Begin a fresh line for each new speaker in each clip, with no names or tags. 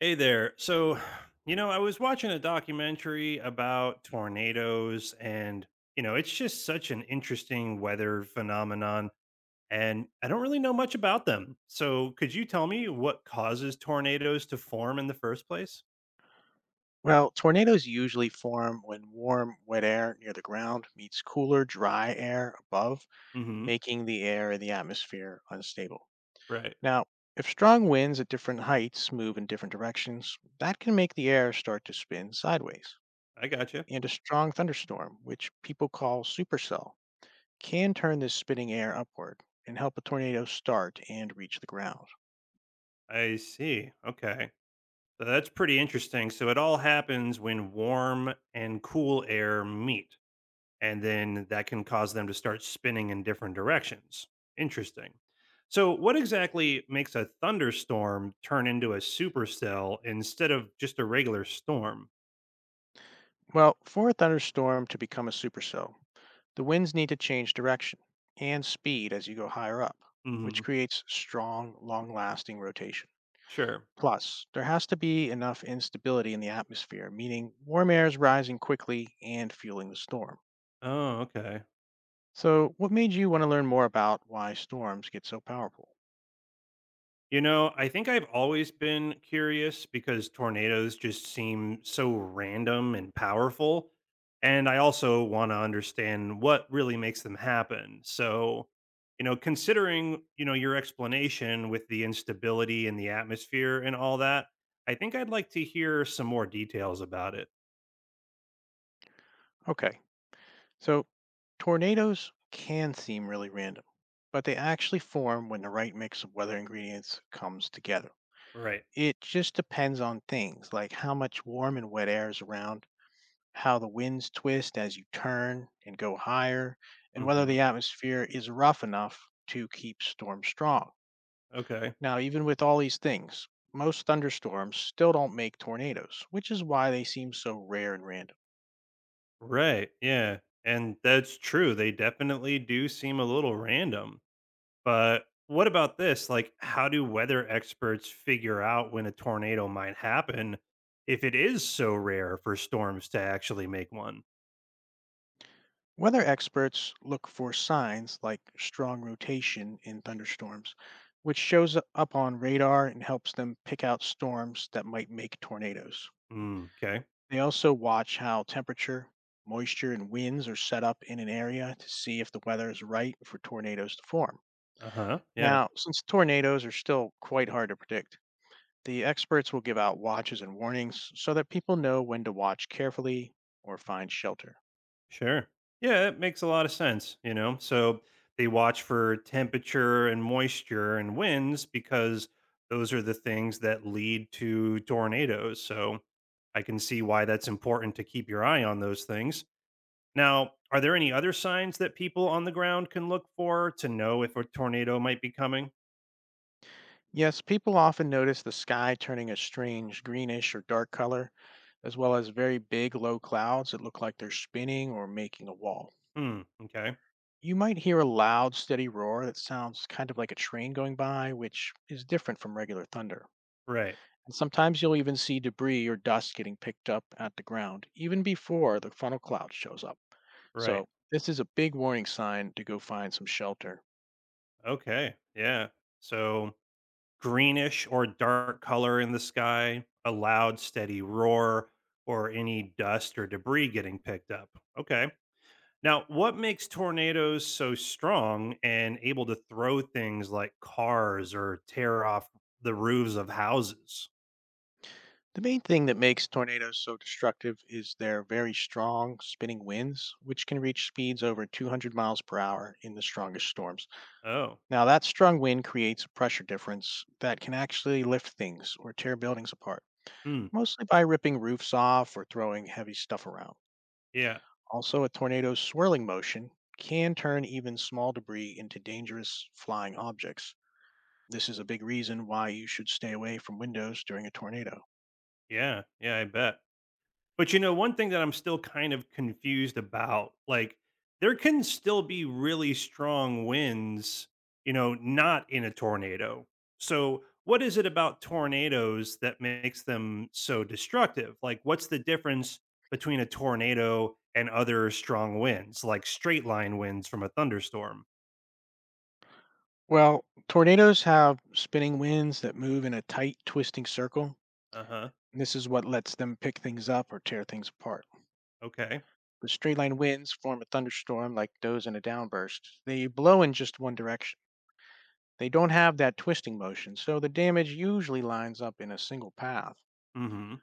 Hey there. So, I was watching a documentary about tornadoes, and, it's just such an interesting weather phenomenon. And I don't really know much about them. So, could you tell me what causes tornadoes to form in the first place?
Well, tornadoes usually form when warm, wet air near the ground meets cooler, dry air above,
Hmm.
making the air in the atmosphere unstable.
Right.
Now, if strong winds at different heights move in different directions, that can make the air start to spin sideways.
I gotcha.
And a strong thunderstorm, which people call supercell, can turn this spitting air upward and help a tornado start and reach the ground.
I see. Okay. So, that's pretty interesting. So, it all happens when warm and cool air meet. And then that can cause them to start spinning in different directions. Interesting. So, what exactly makes a thunderstorm turn into a supercell instead of just a regular storm?
Well, for a thunderstorm to become a supercell, the winds need to change direction and speed as you go higher up,
Hmm.
which creates strong, long lasting rotation.
Sure.
Plus, there has to be enough instability in the atmosphere, meaning warm air is rising quickly and fueling the storm.
Oh, okay.
So, what made you want to learn more about why storms get so powerful?
I think I've always been curious because tornadoes just seem so random and powerful. And I also want to understand what really makes them happen. So, considering, your explanation with the instability in the atmosphere and all that, I think I'd like to hear some more details about it.
Okay, so tornadoes can seem really random, but they actually form when the right mix of weather ingredients comes together.
Right.
It just depends on things like how much warm and wet air is around, how the winds twist as you turn and go higher, and whether
Hmm.
the atmosphere is rough enough to keep storms strong.
Okay.
Now, even with all these things, most thunderstorms still don't make tornadoes, which is why they seem so rare and random.
Right. Yeah. And that's true. They definitely do seem a little random. But what about this? Like, how do weather experts figure out when a tornado might happen if it is so rare for storms to actually make one?
Weather experts look for signs like strong rotation in thunderstorms, which shows up on radar and helps them pick out storms that might make tornadoes.
Mm, okay.
They also watch how temperature, moisture, and winds are set up in an area to see if the weather is right for tornadoes to form.
Uh huh. Yeah,
Now, since tornadoes are still quite hard to predict, the experts will give out watches and warnings so that people know when to watch carefully or find shelter.
sure. Yeah, it makes a lot of sense, you know? So they watch for temperature and moisture and winds because those are the things that lead to tornadoes. So I can see why that's important to keep your eye on those things. Now, are there any other signs that people on the ground can look for to know if a tornado might be coming?
Yes, people often notice the sky turning a strange greenish or dark color, as well as very big low clouds that look like they're spinning or making a wall.
Hmm. Okay.
You might hear a loud, steady roar that sounds kind of like a train going by, which is different from regular thunder.
Right.
And sometimes you'll even see debris or dust getting picked up at the ground, even before the funnel cloud shows up.
Right.
So, this is a big warning sign to go find some shelter.
Okay. Yeah. So greenish or dark color in the sky, a loud, steady roar, or any dust or debris getting picked up. Okay. Now, what makes tornadoes so strong and able to throw things like cars or tear off the roofs of houses?
The main thing that makes tornadoes so destructive is their very strong spinning winds, which can reach speeds over 200 miles per hour in the strongest storms.
Oh,
Now, that strong wind creates a pressure difference that can actually lift things or tear buildings apart,
hmm.
mostly by ripping roofs off or throwing heavy stuff around.
Yeah.
Also, a tornado's swirling motion can turn even small debris into dangerous flying objects. This is a big reason why you should stay away from windows during a tornado.
Yeah. Yeah. I bet. But one thing that I'm still kind of confused about, like, there can still be really strong winds, not in a tornado. So, what is it about tornadoes that makes them so destructive? Like, what's the difference between a tornado and other strong winds, like straight line winds from a thunderstorm?
Well, tornadoes have spinning winds that move in a tight, twisting circle.
Uh huh.
This is what lets them pick things up or tear things apart.
Okay.
The straight line winds form a thunderstorm like those in a downburst. They blow in just one direction. They don't have that twisting motion, so the damage usually lines up in a single path.
Mm hmm.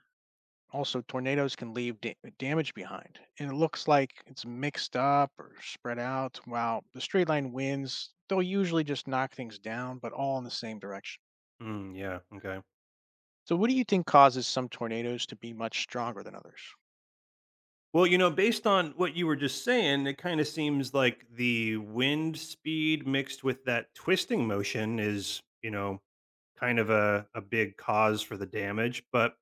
Also, tornadoes can leave damage behind, and it looks like it's mixed up or spread out. While the straight line winds, they'll usually just knock things down, but all in the same direction.
Mm, yeah. Okay.
So, what do you think causes some tornadoes to be much stronger than others?
Well, based on what you were just saying, it kind of seems like the wind speed mixed with that twisting motion is, kind of a big cause for the damage. But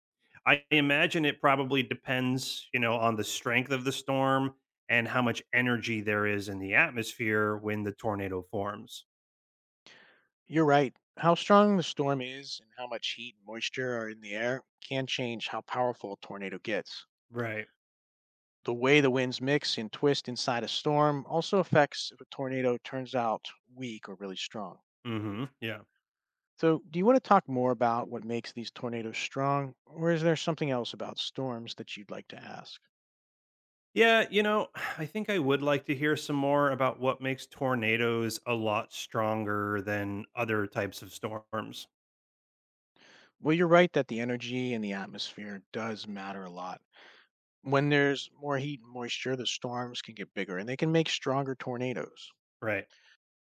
I imagine it probably depends, on the strength of the storm and how much energy there is in the atmosphere when the tornado forms.
You're right. How strong the storm is and how much heat and moisture are in the air can change how powerful a tornado gets.
Right.
The way the winds mix and twist inside a storm also affects if a tornado turns out weak or really strong.
Hmm. Yeah.
So, do you want to talk more about what makes these tornadoes strong, or is there something else about storms that you'd like to ask?
Yeah, I think I would like to hear some more about what makes tornadoes a lot stronger than other types of storms.
Well, you're right that the energy in the atmosphere does matter a lot. When there's more heat and moisture, the storms can get bigger and they can make stronger tornadoes.
Right.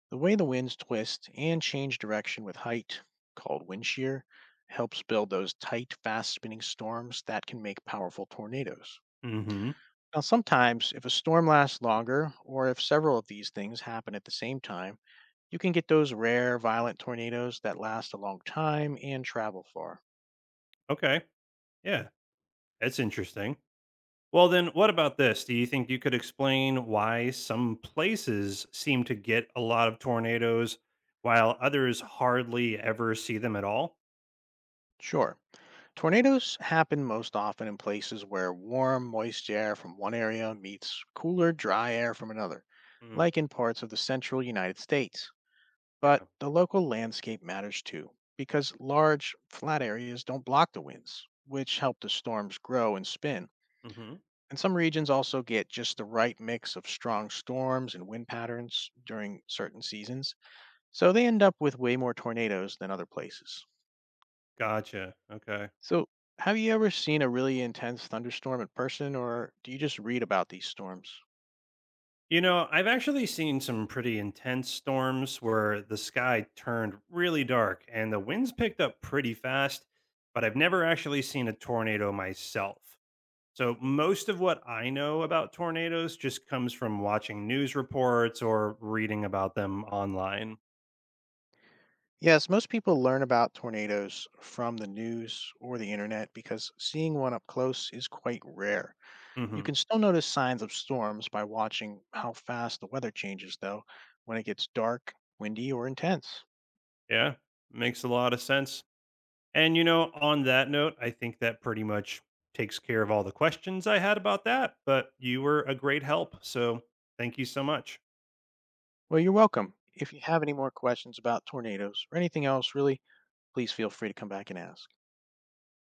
The way the winds twist and change direction with height, called wind shear, helps build those tight, fast spinning storms that can make powerful tornadoes.
Hmm.
Now, sometimes, if a storm lasts longer, or if several of these things happen at the same time, you can get those rare, violent tornadoes that last a long time and travel far.
Okay. Yeah, that's interesting. Well, then, what about this? Do you think you could explain why some places seem to get a lot of tornadoes while others hardly ever see them at all?
Sure, tornadoes happen most often in places where warm, moist air from one area meets cooler, dry air from another,
Mm,
like in parts of the central United States.
yeah.
But the local landscape matters too, because large, flat areas don't block the winds, which help the storms grow and spin.
Hmm.
And some regions also get just the right mix of strong storms and wind patterns during certain seasons, so they end up with way more tornadoes than other places.
Gotcha. Okay.
So, have you ever seen a really intense thunderstorm in person, or do you just read about these storms?
I've actually seen some pretty intense storms where the sky turned really dark and the winds picked up pretty fast, but I've never actually seen a tornado myself. So, most of what I know about tornadoes just comes from watching news reports or reading about them online.
Yes, most people learn about tornadoes from the news or the internet because seeing one up close is quite rare. You
Hmm.
can still notice signs of storms by watching how fast the weather changes, though, when it gets dark, windy, or intense.
Yeah, makes a lot of sense. And, on that note, I think that pretty much takes care of all the questions I had about that, but you were a great help. So, thank you so much.
Well, you're welcome. If you have any more questions about tornadoes or anything else, really, please feel free to come back and ask.